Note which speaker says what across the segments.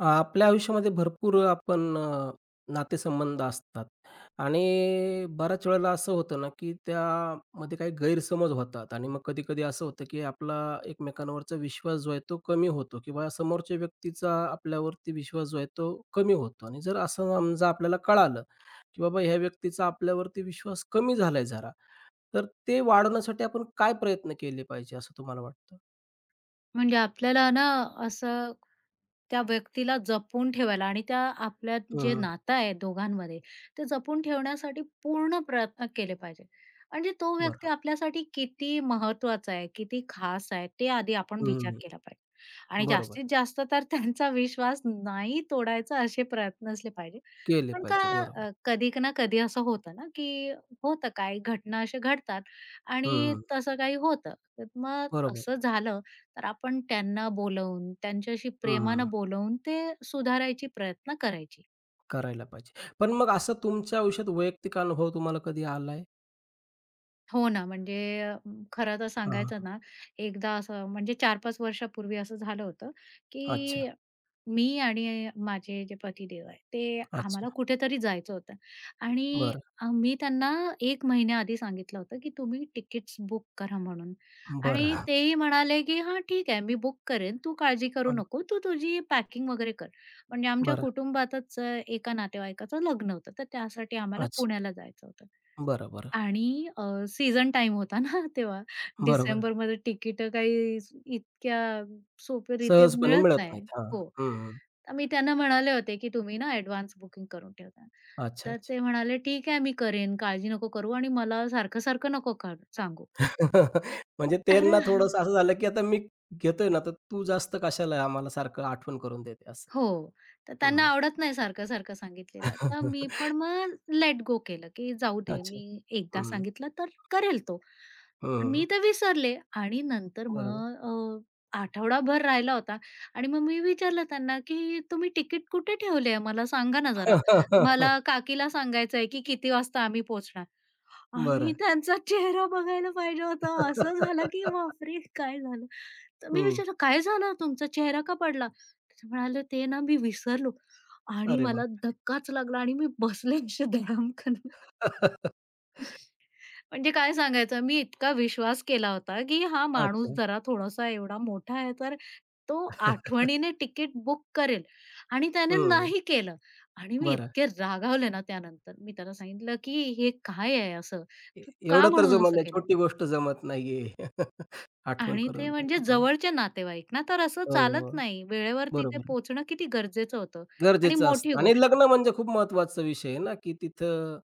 Speaker 1: आपल्या आयुष्यामध्ये भरपूर आपण नातेसंबंध असतात आणि बऱ्याच वेळेला असं होतं ना, की त्यामध्ये काही गैरसमज होतात आणि मग कधी-कधी असं होतं, की आपला एकमेकांवरचा विश्वास जो आहे तो कमी होतो किंवा समोरच्या व्यक्तीचा आपल्यावरती विश्वास जो आहे तो कमी होतो आणि जर असं समजा आपल्याला कळालं, की बाबा ह्या व्यक्तीचा आपल्यावरती विश्वास कमी झालाय जरा, तर ते वाढवण्यासाठी आपण काय प्रयत्न केले पाहिजे असं तुम्हाला वाटतं?
Speaker 2: म्हणजे आपल्याला ना असं त्या व्यक्तीला जपून ठेवायला आणि त्या आपल्या जे
Speaker 1: हं.
Speaker 2: नातं आहे दोघांमध्ये ते जपून ठेवण्यासाठी पूर्ण प्रयत्न केले पाहिजे. म्हणजे तो व्यक्ती
Speaker 1: बरं.
Speaker 2: आपल्यासाठी किती महत्वाचा आहे, किती खास आहे ते आधी आपण विचार
Speaker 1: हं.
Speaker 2: केला पाहिजे आणि
Speaker 1: बरोबर.
Speaker 2: जास्तीत जास्त तर त्यांचा विश्वास नाही तोडायचा असे प्रयत्न असले पाहिजे.
Speaker 1: केले
Speaker 2: पण का
Speaker 1: पाहिजे. बरोबर.
Speaker 2: कधी ना कधी असं होतं ना, की होतं काही घटना अशा घडतात आणि
Speaker 1: हं.
Speaker 2: तसं काही होतं. तर मग
Speaker 1: बरोबर.
Speaker 2: असं झालं, तर आपण त्यांना बोलवून, त्यांच्याशी
Speaker 1: हं.
Speaker 2: प्रेमानं बोलवून ते सुधारायची प्रयत्न करायची.
Speaker 1: करायला पाहिजे. पण मग असा तुमच्या आयुष्यात वैयक्तिक अनुभव तुम्हाला कधी आलाय?
Speaker 2: हो ना, म्हणजे खरं तर
Speaker 1: हां,
Speaker 2: सांगायचं
Speaker 1: हां.
Speaker 2: ना, एकदा असं म्हणजे 4-5 वर्षापूर्वी असं झालं होतं,
Speaker 1: अच्छा,
Speaker 2: की मी आणि माझे जे पतिदेव आहे, ते
Speaker 1: अच्छा.
Speaker 2: आम्हाला कुठेतरी जायचं होतं आणि
Speaker 1: बरं,
Speaker 2: मी त्यांना 1 महिन्याआधी सांगितलं होतं, की तुम्ही तिकीट्स बुक करा म्हणून आणि
Speaker 1: बरं.
Speaker 2: तेही म्हणाले, की "हां, ठीक आहे, मी बुक करेन. तू काळजी करू
Speaker 1: हं,
Speaker 2: नको. तू तुझी पॅकिंग वगैरे कर." म्हणजे आमच्या
Speaker 1: बरं.
Speaker 2: कुटुंबातच एका नातेवाईकाचं लग्न होतं, तर त्यासाठी आम्हाला
Speaker 1: अच्छा.
Speaker 2: पुण्याला जायचं होतं.
Speaker 1: बरं, बरं.
Speaker 2: आणि सीझन टाईम होता ना तेव्हा.
Speaker 1: बरोबर.
Speaker 2: डिसेंबरमध्ये तिकीटं काही इतक्या सोपेरीत्या
Speaker 1: सहजपणे
Speaker 2: मिळत
Speaker 1: मिळत
Speaker 2: नाही.
Speaker 1: नाहीत. हां.
Speaker 2: हो.
Speaker 1: हं, हं.
Speaker 2: तर मी त्यांना म्हणाले होते, की तुम्ही ना ॲडव्हान्स बुकिंग करून ठेवता.
Speaker 1: अच्छा,
Speaker 2: तर
Speaker 1: अच्छा.
Speaker 2: ते म्हणाले, "ठीक आहे, मी करेन. काळजी नको करू आणि मला सारखं-सारखं नको का सांगू."
Speaker 1: म्हणजे त्यांना
Speaker 2: अरे!
Speaker 1: थोडंसं असं झालं, की आता मी घेतोय ना, तर तू जास्त कशाला आम्हाला सारखं आठवण करून देते असं.
Speaker 2: हो. तर त्यांना
Speaker 1: हं.
Speaker 2: आवडत नाही सारखं-सारखं सांगितलेलं. तर मी पण मग लेट गो केलं, की जाऊ दे
Speaker 1: अच्छा.
Speaker 2: मी एकदा
Speaker 1: हं,
Speaker 2: सांगितलं तर करेल तो. तर
Speaker 1: हं.
Speaker 2: मी तर विसरले आणि नंतर
Speaker 1: बरोबर.
Speaker 2: मग आठवडाभर राहिला होता आणि मग मी विचारलं त्यांना, की "तुम्ही तिकीट कुठे ठेवले आहे? मला सांगा ना जरा. मला काकीला सांगायचंय, की किती वाजता आम्ही पोहोचणार." आणि
Speaker 1: बरं.
Speaker 2: त्यांचा चेहरा बघायला पाहिजे होता. असं झालं, की बापरे! काय झालं? तर मी
Speaker 1: हं.
Speaker 2: विचारलं, "काय झालं? तुमचा चेहरा का पडला?" तर ते म्हणाले, "ते ना मी विसरलो आणि
Speaker 1: अरे
Speaker 2: मला
Speaker 1: वाह!
Speaker 2: धक्काच लागला आणि मी बसले असे धडाम करून."
Speaker 1: अच्छा.
Speaker 2: म्हणजे काय सांगायचं, मी इतका विश्वास केला होता, की हा माणूस जरा थोडासा एवढा मोठा आहे, तर तो आठवणीने तिकीट बुक करेल आणि त्याने
Speaker 1: हं.
Speaker 2: नाही केलं आणि मी
Speaker 1: बरं.
Speaker 2: इतके रागावले ना त्यानंतर. मी त्याला सांगितलं, की "हे काय आहे असं?
Speaker 1: ए
Speaker 2: तू का
Speaker 1: एवढं तर
Speaker 2: म्हणून
Speaker 1: जमत
Speaker 2: असं
Speaker 1: नाही.
Speaker 2: केलं?"
Speaker 1: छोटी गोष्ट जमत नाहीये. आठवण
Speaker 2: आणि ते
Speaker 1: करून
Speaker 2: म्हणजे
Speaker 1: देणं. हं.
Speaker 2: जवळचे नातेवाईक ना, तर असं
Speaker 1: हो,
Speaker 2: चालत
Speaker 1: हो.
Speaker 2: नाही. वेळेवर तिथे
Speaker 1: बरोबर आहे.
Speaker 2: पोहोचणं किती गरजेचं होतं आणि
Speaker 1: गरजेचं
Speaker 2: मोठी
Speaker 1: असतं आणि
Speaker 2: गोष्ट.
Speaker 1: लग्न म्हणजे खूप महत्त्वाचा विषय आहे ना, की तिथं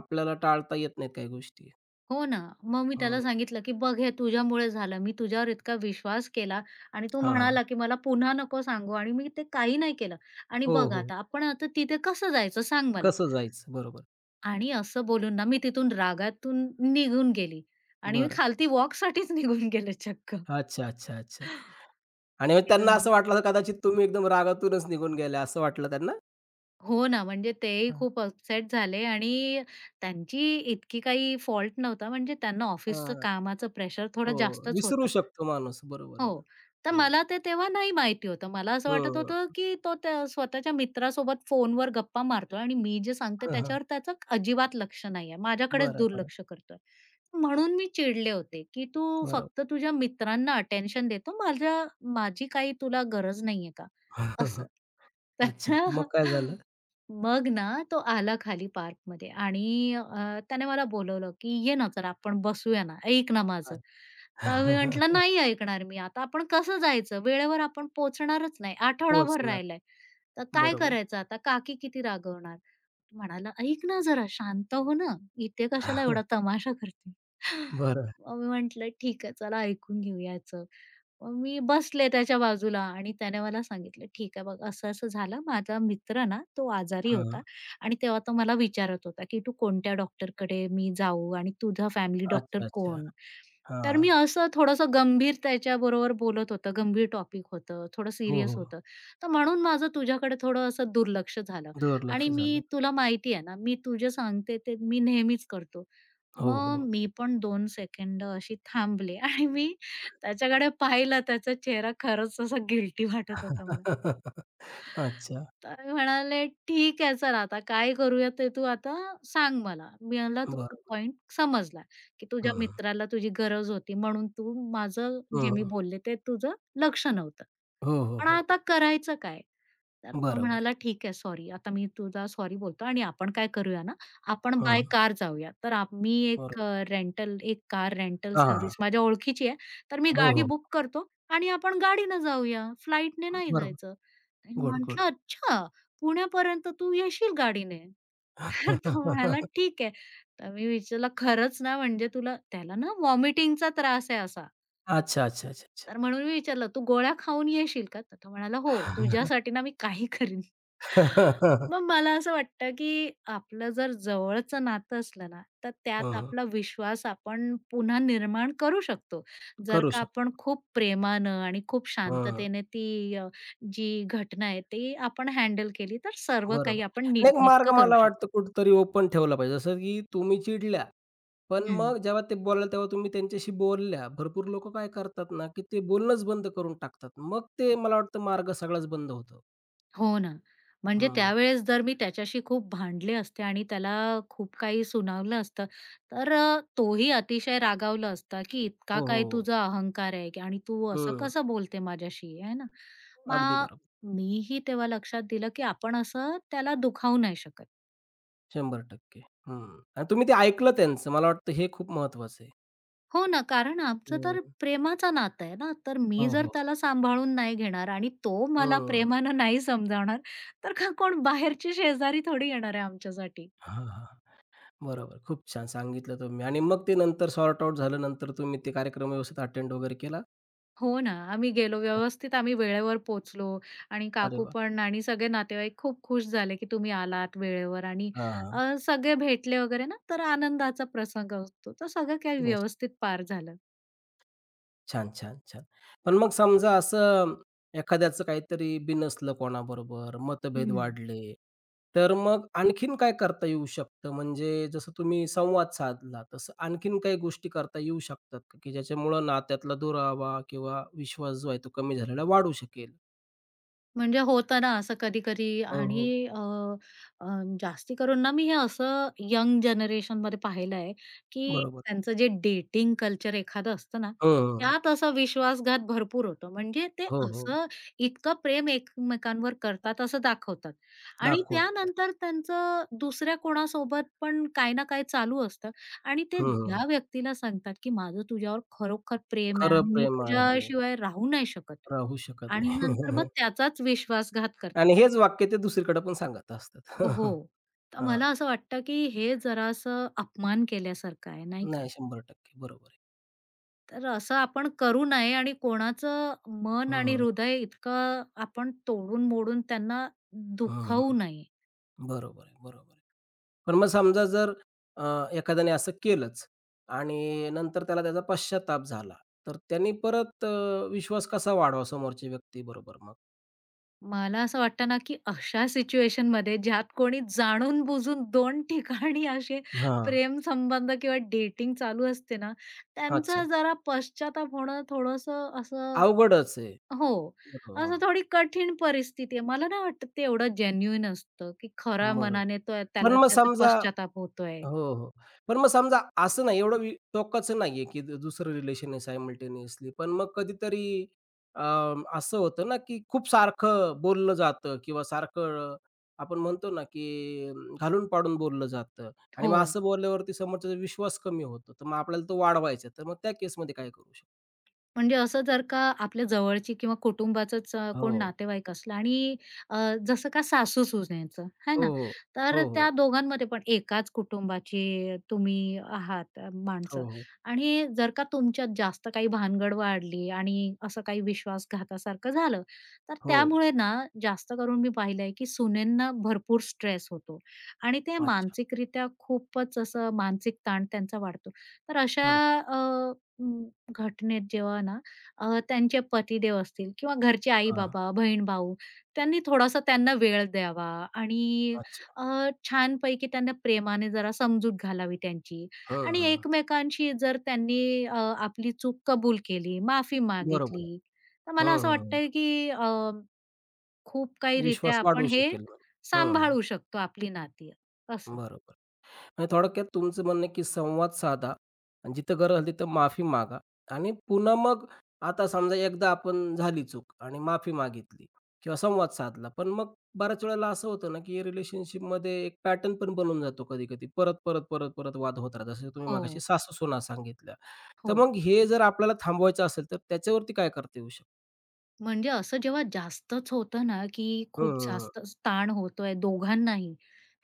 Speaker 1: आपल्याला टाळता येत नाहीत काही गोष्टी.
Speaker 2: हो ना. मग मी
Speaker 1: हं.
Speaker 2: त्याला सांगितलं, की "बघ हे तुझ्यामुळे झालं. मी तुझ्यावर इतका विश्वास केला आणि तू
Speaker 1: हां, हां.
Speaker 2: म्हणाला, की मला पुन्हा नको सांगू आणि मी ते काही नाही केलं. आणि
Speaker 1: हो,
Speaker 2: बघ
Speaker 1: हो.
Speaker 2: आता आपण आता तिथे कसं जायचं सांग मला."
Speaker 1: कसं जायचं? बरोबर.
Speaker 2: आणि असं बोलून ना मी तिथून रागातून निघून गेली आणि मी
Speaker 1: बरं.
Speaker 2: खालती वॉकसाठीच निघून गेले चक्क.
Speaker 1: अच्छा, अच्छा, अच्छा. आणि मग
Speaker 2: केलं
Speaker 1: त्यांना
Speaker 2: मी.
Speaker 1: असं वाटलं असेल कदाचित तुम्ही एकदम रागातूनच निघून गेले असं वाटलं त्यांना?
Speaker 2: हो ना, म्हणजे तेही
Speaker 1: हां.
Speaker 2: खूप अपसेट झाले आणि त्यांची इतकी काही फॉल्ट नव्हता म्हणजे त्यांना ऑफिसचं
Speaker 1: हां.
Speaker 2: कामाचं प्रेशर थोडं
Speaker 1: हो.
Speaker 2: जास्तच
Speaker 1: विसरू
Speaker 2: होतं.
Speaker 1: शकतो माणूस. बरोबर
Speaker 2: हो.
Speaker 1: आहे ना.
Speaker 2: तर
Speaker 1: हं.
Speaker 2: मला ते तेव्हा नाही माहिती होतं. मला असं वाटत होतं, की तो त्या स्वतःच्या मित्रासोबत फोनवर गप्पा मारतोय आणि मी जे सांगते
Speaker 1: हं, हां.
Speaker 2: त्याच्यावर त्याचं अजिबात लक्ष नाहीये. माझ्याकडेच
Speaker 1: बरं, बरं,
Speaker 2: दुर्लक्ष करतोय. म्हणून मी चिडले होते, की "तू
Speaker 1: बरं.
Speaker 2: फक्त तुझ्या मित्रांना अटेन्शन देतो. माझ्या माझी काही तुला गरज नाहीये का?" असं.
Speaker 1: अच्छा. मग
Speaker 2: तर
Speaker 1: काय झालं?
Speaker 2: मग ना तो आला खाली पार्कमध्ये आणि त्याने मला बोलवलं, की "ये ना जरा आपण बसूया ना. ऐक ना माझं."
Speaker 1: अच्छा.
Speaker 2: तर मी म्हटलं, "नाही ऐकणार मी आता. आपण कसं जायचं? वेळेवर आपण पोहोचणारच नाही. आठवडाभर
Speaker 1: पोहोचणार.
Speaker 2: राहिलाय. तर काय
Speaker 1: बरोबर.
Speaker 2: करायचं आता? काकी किती रागवणार?" म्हणाला, "ऐक ना जरा, शांत हो ना. इथे कशाला एवढा तमाशा करते?"
Speaker 1: बरं.
Speaker 2: मग मी म्हटलं, "ठीक आहे, चला ऐकून घेऊया याचं." मग मी बसले त्याच्या बाजूला आणि त्याने मला सांगितलं, "ठीक आहे, बघ असं-असं झालं. माझा मित्र ना, तो आजारी
Speaker 1: हां.
Speaker 2: होता आणि तेव्हा तो मला विचारत होता, की तू कोणत्या डॉक्टरकडे मी जाऊ आणि तुझा फॅमिली डॉक्टर
Speaker 1: अच्छा, अच्छा.
Speaker 2: कोण?" तर
Speaker 1: हां.
Speaker 2: मी असं थोडंसं गंभीर त्याच्याबरोबर बोलत होतं, गंभीर टॉपिक होतं, थोडं
Speaker 1: हो,
Speaker 2: सीरियस
Speaker 1: हो.
Speaker 2: होतं. तर म्हणून माझं तुझ्याकडे थोडं असं दुर्लक्ष झालं.
Speaker 1: दुर्लक्ष
Speaker 2: आणि
Speaker 1: झालं.
Speaker 2: मी तुला माहिती आहे ना, मी तुझे सांगते ते मी नेहमीच करतो.
Speaker 1: हो, हो.
Speaker 2: मग मी पण 2 सेकंड अशी थांबले आणि मी त्याच्याकडे पाहिलं त्याचा चेहरा खरंच असा गिल्टी वाटत होता मला.
Speaker 1: अच्छा.
Speaker 2: तर मी म्हणाले, "ठीक आहे चल आता काय करूया ते तू आता सांग मला. मला तुझा
Speaker 1: बरं.
Speaker 2: पॉइंट समजला, की
Speaker 1: हं,
Speaker 2: तुझ्या
Speaker 1: हं.
Speaker 2: मित्राला तुझी गरज होती म्हणून तू माझं जे मी बोलले ते तुझं लक्ष नव्हतं."
Speaker 1: हो, हो,
Speaker 2: पण
Speaker 1: हो.
Speaker 2: आता करायचं काय? तर तो
Speaker 1: बरोबर
Speaker 2: म्हणाला,
Speaker 1: आहे.
Speaker 2: "ठीक आहे, सॉरी. आता मी तुझा सॉरी बोलतो आणि आपण काय करूया ना, आपण बाय
Speaker 1: हं,
Speaker 2: कार जाऊया." तर आम्ही
Speaker 1: बरोबर.
Speaker 2: एक कार रेंटल
Speaker 1: हां, हां.
Speaker 2: सर्व्हिस माझ्या ओळखीची आहे. तर मी
Speaker 1: हो,
Speaker 2: गाडी
Speaker 1: हो.
Speaker 2: बुक करतो आणि आपण गाडीनं जाऊया, फ्लाईटने नाही
Speaker 1: बरोबर.
Speaker 2: जायचं. तर मी
Speaker 1: गुड, गुड.
Speaker 2: म्हटलं, "अच्छा, पुण्यापर्यंत तू येशील गाडीने?" तर तो म्हणाला, "ठीक आहे." तर मी विचारलं, "खरंच ना, म्हणजे तुला" त्याला ना व्हॉमिटिंगचा त्रास आहे असा.
Speaker 1: अच्छा, अच्छा, अच्छा, अच्छा.
Speaker 2: तर म्हणून मी विचारलं, "तू गोळ्या खाऊन येशील का?" तर तो म्हणाला, "हो, तुझ्यासाठी ना मी काही करीन." मग मला असं वाटतं, की आपलं जर जवळचं नातं असलं ना, तर त्यात
Speaker 1: हं.
Speaker 2: आपला विश्वास आपण पुन्हा निर्माण करू शकतो. जर
Speaker 1: करू
Speaker 2: का
Speaker 1: शकतो.
Speaker 2: आपण खूप प्रेमानं आणि खूप
Speaker 1: हं.
Speaker 2: शांततेने ती जी घटना आहे, ती आपण हँडल केली, तर सर्व
Speaker 1: बरोबर.
Speaker 2: काही आपण
Speaker 1: नाही, मार्ग
Speaker 2: नीटनेटकं करू
Speaker 1: मला वाटतं
Speaker 2: शकतो.
Speaker 1: कुठेतरी ओपन ठेवला पाहिजे. जसं की तुम्ही चिडल्या, पण
Speaker 2: हं.
Speaker 1: मग जेव्हा ते बोलल्या तेव्हा तुम्ही त्यांच्याशी बोलल्या. भरपूर लोकं काय करतात ना, की ते बोलणंच बंद करून टाकतात. मग ते मला वाटतं मार्ग सगळाच बंद होतो.
Speaker 2: हो ना. म्हणजे
Speaker 1: हं.
Speaker 2: त्यावेळेस जर मी त्याच्याशी खूप भांडले असते आणि त्याला खूप काही सुनावलं असतं, तर तोही अतिशय रागावला असता, की इतका
Speaker 1: हो,
Speaker 2: काय
Speaker 1: हो.
Speaker 2: तुझा अहंकार आहे की- आणि तू
Speaker 1: हो.
Speaker 2: असं
Speaker 1: हं.
Speaker 2: कसं बोलते माझ्याशी, आहे ना?
Speaker 1: अगदी
Speaker 2: मग
Speaker 1: बरोबर.
Speaker 2: मीही तेव्हा लक्षात दिलं, की आपण असं त्याला दुखावू नाही शकत.
Speaker 1: 100% हं. आणि तुम्ही ते ऐकलं त्यांचं. मला वाटतं हे खूप महत्वाचं आहे.
Speaker 2: हो ना, कारण आमचं तर
Speaker 1: हं.
Speaker 2: प्रेमाचं नातं आहे ना, तर मी
Speaker 1: हो,
Speaker 2: जर
Speaker 1: हो.
Speaker 2: त्याला सांभाळून नाही घेणार आणि तो मला
Speaker 1: हं.
Speaker 2: प्रेमानं नाही समजावणार, तर का कोण बाहेरची शेजारी थोडी येणार आहे आमच्यासाठी.
Speaker 1: हां, हां. बरोबर. खूप छान सांगितलं तुम्ही आणि मग ते नंतर सॉर्ट आउट झालं. नंतर तुम्ही ते कार्यक्रम व्यवस्थित अटेंड वगैरे केला?
Speaker 2: हो ना, आम्ही गेलो व्यवस्थित आम्ही वेळेवर पोचलो, आणि
Speaker 1: अरे
Speaker 2: काकू
Speaker 1: वाह!
Speaker 2: पण आणि सगळे नातेवाईक खूप खुश झाले, की तुम्ही आलात वेळेवर आणि
Speaker 1: हां, हां.
Speaker 2: सगळे भेटले वगैरे ना, तर आनंदाचा प्रसंग असतो. तर सगळं काही
Speaker 1: निश्चित.
Speaker 2: व्यवस्थित पार झालं.
Speaker 1: छान, छान, छान. पण मग समजा असं एखाद्याचं काहीतरी बिनसलं कोणाबरोबर, मतभेद
Speaker 2: हं.
Speaker 1: वाढले, तर मग आणखीन काय करता येऊ शकतं? म्हणजे जसं तुम्ही संवाद साधला, तसं आणखीन काही गोष्टी करता येऊ शकतात का? की ज्याच्यामुळं नात्यातला दुरावा किंवा विश्वास जो आहे तो कमी झालेला वाढू शकेल?
Speaker 2: म्हणजे होतं ना असं कधी-कधी
Speaker 1: हो,
Speaker 2: आणि
Speaker 1: हो.
Speaker 2: अ, अ, जास्ती करून ना मी हे असं यंग जनरेशनमध्ये पाहिलं आहे, की
Speaker 1: बरोबर.
Speaker 2: त्यांचं जे डेटिंग कल्चर एखादं असतं ना,
Speaker 1: हं.
Speaker 2: त्यात असा विश्वासघात भरपूर होतो. म्हणजे ते
Speaker 1: हो, हो.
Speaker 2: असं इतकं प्रेम एकमेकांवर करतात असं दाखवतात आणि
Speaker 1: दाखवतात.
Speaker 2: त्यानंतर त्यांचं दुसऱ्या कोणासोबत पण काही ना काही चालू असतं आणि ते
Speaker 1: हं.
Speaker 2: ज्या व्यक्तीला सांगतात, की माझं तुझ्यावर खरोखर प्रेम आहे
Speaker 1: खरं
Speaker 2: आणि मी
Speaker 1: प्रेम आहे,
Speaker 2: तुझ्याशिवाय राहू नाही शकत
Speaker 1: राहू शकत
Speaker 2: आणि
Speaker 1: नाही.
Speaker 2: नंतर मग त्याचाच विश्वासघात करतात.
Speaker 1: आणि हेच वाक्य ते दुसरीकडे पण सांगत असतात.
Speaker 2: हो. तर
Speaker 1: हां.
Speaker 2: मला असं वाटतं, की हे जरासं अपमान केल्यासारखं आहे, नाही का?
Speaker 1: नाही, 100% बरोबर आहे.
Speaker 2: तर असं आपण करू नये आणि कोणाचं मन
Speaker 1: हं,
Speaker 2: आणि
Speaker 1: हं,
Speaker 2: हृदय इतकं आपण तोडून-मोडून त्यांना
Speaker 1: हं.
Speaker 2: दुखावू नये.
Speaker 1: बरोबर आहे, बरोबर आहे. पण मग समजा जर अ, एखाद्याने असं केलंच आणि नंतर त्याला त्याचा पश्चात्ताप झाला, तर त्यांनी परत विश्वास कसा वाढवावा समोरच्या व्यक्तीबरोबर मग?
Speaker 2: मला असं वाटतं ना, की अशा सिच्युएशनमध्ये ज्यात कोणी जाणून-बुजून 2 ठिकाणी असे
Speaker 1: हां.
Speaker 2: प्रेमसंबंध किंवा डेटिंग चालू असते ना, त्यांचा
Speaker 1: अच्छा.
Speaker 2: जरा पश्चाताप होणं थोडंसं असं
Speaker 1: अवघडच आहे.
Speaker 2: हो,
Speaker 1: बरोबर.
Speaker 2: असं
Speaker 1: हं.
Speaker 2: थोडी कठीण परिस्थिती आहे. मला नाही वाटत ते एवढं जेन्युइन असतं, की खऱ्या
Speaker 1: बरोबर.
Speaker 2: मनाने तो
Speaker 1: पण
Speaker 2: त्याला
Speaker 1: मग
Speaker 2: त्याचा
Speaker 1: समजा
Speaker 2: पश्चाताप होतोय.
Speaker 1: हो, हो. पण मग समजा असं नाही एवढं टोकाचं नाहीये, की दुसरं रिलेशन आहे सायमल्टेनियसली. पण मग कधीतरी अ, असं होतं ना, की खूप सारखं बोललं जातं किंवा सारखं आपण म्हणतो ना, की घालून पाडून बोललं जातं आणि
Speaker 2: हो.
Speaker 1: मग असं बोलल्यावरती समोरच्याचा विश्वास कमी होतो. तर मग आपल्याला तो वाढवायचा तर मग त्या केसमध्ये काय करू शकतो?
Speaker 2: म्हणजे असं जर का आपल्या जवळची किंवा कुटुंबाचंच
Speaker 1: हो.
Speaker 2: कोण नातेवाईक असलं आणि अ, जसं का सासू-सुनेचं, आहे
Speaker 1: हो,
Speaker 2: ना?
Speaker 1: हो.
Speaker 2: तर
Speaker 1: हो, हो.
Speaker 2: त्या दोघांमध्ये पण एकाच कुटुंबाची तुम्ही आहात
Speaker 1: हो,
Speaker 2: माणसं
Speaker 1: हो.
Speaker 2: आणि जर का तुमच्यात जास्त काही भानगड वाढली आणि असं काही विश्वासघातासारखं झालं, तर
Speaker 1: हो.
Speaker 2: त्यामुळे ना जास्त करून मी पाहिलंय की सुनेंना भरपूर स्ट्रेस होतो आणि ते
Speaker 1: अच्छा.
Speaker 2: मानसिकरित्या खूपच असं मानसिक ताण त्यांचा वाढतो. तर अशा
Speaker 1: बरोबर.
Speaker 2: अ, घटनेत जेव्हा ना त्यांचे पतीदेव असतील किंवा घरचे
Speaker 1: हां.
Speaker 2: आई-बाबा, बहीण-भाऊ त्यांनी थोडासा त्यांना वेळ द्यावा आणि
Speaker 1: अच्छा.
Speaker 2: अ, छानपैकी त्यांना प्रेमाने जरा समजूत घालावी त्यांची
Speaker 1: हं,
Speaker 2: आणि
Speaker 1: हं.
Speaker 2: एकमेकांशी जर त्यांनी आपली चूक कबूल केली, माफी
Speaker 1: बरोबर आहे.
Speaker 2: मागितली, तर मला
Speaker 1: हं,
Speaker 2: असं
Speaker 1: हं.
Speaker 2: वाटतंय की खूप काही रित्या
Speaker 1: विश्वास
Speaker 2: आपण
Speaker 1: वाढवू
Speaker 2: हे
Speaker 1: शकेल. हं.
Speaker 2: सांभाळू शकतो आपली नाती असं.
Speaker 1: बरोबर. म्हणजे थोडक्यात तुमचं म्हणणं आहे, की संवाद साधा आणि जिथं गरज आली तिथं माफी मागा आणि पुन्हा मग आता समजा एकदा आपण झाली चूक आणि माफी मागितली किंवा संवाद साधला. पण मग बऱ्याच वेळेला असं होतं ना, की रिलेशनशिपमध्ये एक पॅटर्न पण बनून जातो कधी-कधी. परत, परत, परत, परत वाद होत राहतात. जसं तुम्ही
Speaker 2: हो,
Speaker 1: मगाशी सासू-सुना सांगितल्या. तर
Speaker 2: हो.
Speaker 1: मग हे जर आपल्याला थांबवायचं असेल तर त्याच्यावरती काय करता येऊ शकतं?
Speaker 2: म्हणजे असं जेव्हा जास्तच होतं ना, की खूप
Speaker 1: हं.
Speaker 2: जास्तच ताण होतोय दोघांनाही,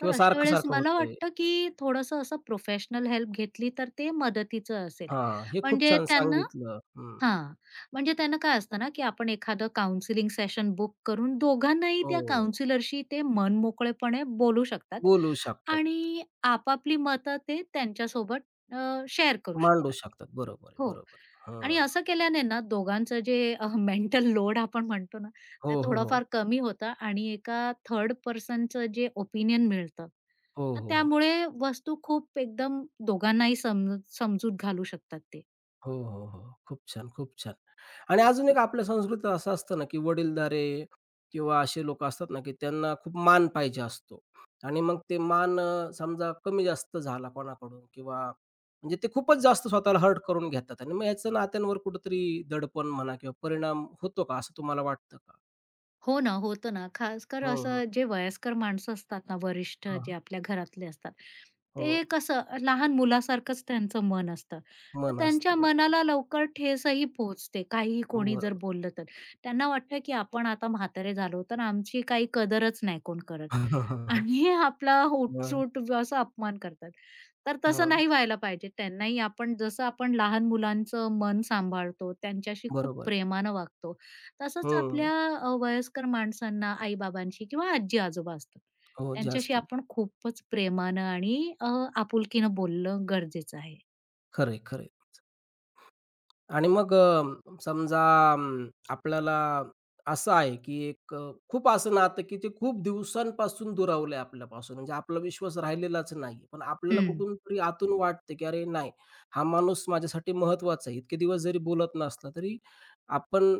Speaker 2: तर
Speaker 1: किंवा
Speaker 2: अशा वेळेस
Speaker 1: सारखं-सारखं
Speaker 2: मला
Speaker 1: होतंय.
Speaker 2: वाटतं, की थोडंसं असं प्रोफेशनल हेल्प घेतली तर ते मदतीचं असेल.
Speaker 1: हां, हे खूप
Speaker 2: म्हणजे
Speaker 1: छान
Speaker 2: त्यांना
Speaker 1: सांगितलं. हं.
Speaker 2: हां, म्हणजे त्यांना काय असतं ना, की आपण एखादं काउन्सिलिंग सेशन बुक करून दोघांनाही त्या
Speaker 1: हो.
Speaker 2: काउन्सिलरशी ते मनमोकळेपणे बोलू शकतात
Speaker 1: बोलू शकतात.
Speaker 2: आणि आपापली मतं ते त्यांच्यासोबत शेअर करू
Speaker 1: मांडू
Speaker 2: शकतात.
Speaker 1: शकतात. बरोबर आहे,
Speaker 2: हो.
Speaker 1: बरोबर आहे.
Speaker 2: आणि
Speaker 1: हां.
Speaker 2: असं केल्याने ना दोघांचं जे मेंटल लोड आपण म्हणतो ना, ते
Speaker 1: हो, हो, हो.
Speaker 2: थोडंफार कमी होतं आणि एका थर्ड पर्सनचं जे ओपिनियन मिळतं.
Speaker 1: हो,
Speaker 2: तर
Speaker 1: हो, हो.
Speaker 2: त्यामुळे वस्तू खूप एकदम दोघांनाही समजूत घालू शकतात ते.
Speaker 1: हो, हो, हो. खूप छान, खूप छान. आणि अजून एक आपल्या संस्कृतीत असं असतं ना, की वडीलधारे किंवा असे लोक असतात ना, की त्यांना खूप मान पाहिजे असतो आणि मग ते मान समजा कमी जास्त झाला कोणाकडून किंवा म्हणजे ते खूपच जास्त स्वतःला हर्ट करून घेतात आणि मग याचं नात्यांवर कुठेतरी दडपण म्हणा किंवा परिणाम होतो का, असं तुम्हाला वाटतं का?
Speaker 2: हो ना, होतं ना. खासकर
Speaker 1: हं, हं.
Speaker 2: असं जे वयस्कर माणसं असतात ना, वरिष्ठ जे
Speaker 1: हां.
Speaker 2: आपल्या घरातले असतात,
Speaker 1: हो.
Speaker 2: ते कसं लहान मुलासारखंच त्यांचं मन असतं. तर
Speaker 1: मन असतं.
Speaker 2: त्यांच्या
Speaker 1: बरोबर.
Speaker 2: मनाला लवकर ठेसही पोहोचते, काही कोणी जर
Speaker 1: बरोबर.
Speaker 2: बोललं तर. त्यांना वाटतं की आपण आता म्हातारे झालो, तर आमची काही कदरच नाही कोण करत आणि आपला
Speaker 1: हं.
Speaker 2: उठसूट असा अपमान करतात. तर तसं
Speaker 1: हां.
Speaker 2: नाही व्हायला पाहिजे. त्यांनाही आपण जसं आपण लहान मुलांचं मन सांभाळतो, त्यांच्याशी खूप
Speaker 1: बरोबर.
Speaker 2: प्रेमानं वागतो, तसंच
Speaker 1: हं.
Speaker 2: आपल्या वयस्कर माणसांना, आई-बाबांशी किंवा आजी-आजोबा असतात,
Speaker 1: हो, जे
Speaker 2: त्यांच्याशी
Speaker 1: असतील.
Speaker 2: आपण खूपच प्रेमानं आणि आपुलकीनं बोलणं गरजेचं आहे.
Speaker 1: खरं आहे, आणि मग समजा आपल्याला असं आहे, की एक खूप असं नातं, की ते खूप दिवसांपासून दुरावलं आहे आपल्यापासून. म्हणजे आपला विश्वास राहिलेलाच नाही. पण आपल्याला
Speaker 2: हं.
Speaker 1: कुठून तरी आतून वाटतं, की अरे नाही, हा माणूस माझ्यासाठी महत्त्वाचा आहे. इतके दिवस जरी बोलत नसला, तरी आपण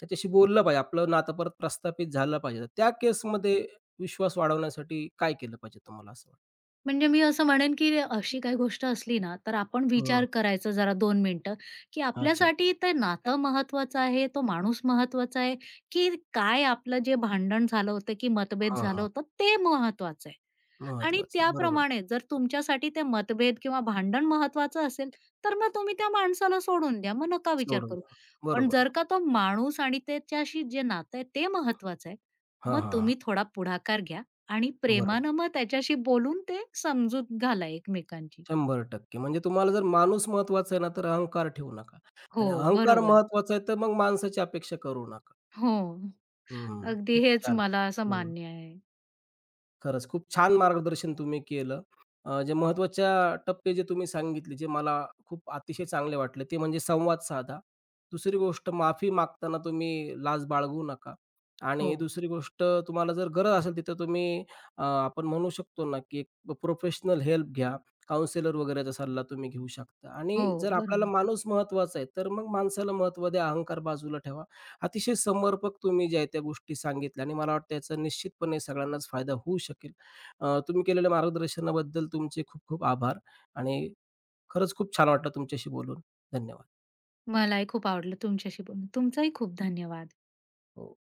Speaker 1: त्याच्याशी बोललं पाहिजे. आपलं नातं परत प्रस्थापित झालं पाहिजे. तर त्या केसमध्ये विश्वास वाढवण्यासाठी काय केलं पाहिजे तुम्हाला असं वाटतं?
Speaker 2: म्हणजे मी असं म्हणेन, की अशी काही गोष्ट असली ना, तर आपण
Speaker 1: हं.
Speaker 2: विचार करायचा जरा 2 मिनिटं, की
Speaker 1: अच्छा.
Speaker 2: आपल्यासाठी ते नातं महत्त्वाचं आहे, तो माणूस महत्त्वाचा आहे, की काय आपलं जे भांडण झालं होतं, की मतभेद
Speaker 1: हां,
Speaker 2: झालं
Speaker 1: हां.
Speaker 2: होतं, ते महत्त्वाचं आहे. आणि
Speaker 1: महत्वाचं आहे. बरोबर.
Speaker 2: त्याप्रमाणे जर तुमच्यासाठी ते मतभेद किंवा भांडण महत्वाचं असेल, तर मग तुम्ही त्या माणसाला सोडून द्या. मग नका विचार
Speaker 1: सोडून
Speaker 2: करू.
Speaker 1: द्या.
Speaker 2: पण
Speaker 1: बरोबर
Speaker 2: जर
Speaker 1: आहे.
Speaker 2: का तो माणूस आणि त्याच्याशी जे नातं आहे ते महत्वाचं आहे,
Speaker 1: हां,
Speaker 2: मग
Speaker 1: हां, हां.
Speaker 2: तुम्ही थोडा पुढाकार घ्या आणि
Speaker 1: बरोबर.
Speaker 2: प्रेमानं मग त्याच्याशी बोलून ते समजूत घाला एकमेकांची.
Speaker 1: 100% म्हणजे तुम्हाला जर माणूस महत्वाचा आहे ना, तर अहंकार ठेवू नका
Speaker 2: हो,
Speaker 1: आणि अहंकार
Speaker 2: बरोबर.
Speaker 1: महत्वाचा आहे, तर मग माणसाची अपेक्षा करू नका.
Speaker 2: हो.
Speaker 1: हं,
Speaker 2: अगदी
Speaker 1: खूप
Speaker 2: हेच
Speaker 1: छान.
Speaker 2: मला असं मान्य आहे.
Speaker 1: खरंच खूप छान मार्गदर्शन तुम्ही केलं. जे महत्त्वाच्या टप्पे जे तुम्ही सांगितले, जे मला खूप अतिशय चांगले वाटले, ते म्हणजे संवाद साधा. दुसरी गोष्ट माफी मागताना तुम्ही लाज बाळगू नका
Speaker 2: हो,
Speaker 1: आणि दुसरी गोष्ट तुम्हाला जर गरज असेल तिथं तुम्ही आपण म्हणू शकतो ना, की एक प्रोफेशनल हेल्प घ्या. काउन्सिलर वगैरेचा सल्ला तुम्ही घेऊ शकता आणि
Speaker 2: हो,
Speaker 1: जर आपल्याला
Speaker 2: बरोबर.
Speaker 1: माणूस महत्त्वाचा आहे, तर मग माणसाला महत्त्व द्या, अहंकार बाजूला ठेवा. अतिशय समर्पक तुम्ही ज्या आहे त्या गोष्टी सांगितल्या आणि मला वाटतं याचा निश्चितपणे सगळ्यांनाच फायदा होऊ शकेल. तुम्ही केलेल्या मार्गदर्शनाबद्दल तुमचे खूप खूप आभार आणि खरंच खूप छान वाटलं तुमच्याशी बोलून. धन्यवाद.
Speaker 2: मलाही खूप आवडलं तुमच्याशी बोलून. तुमचाही खूप धन्यवाद.
Speaker 1: हो.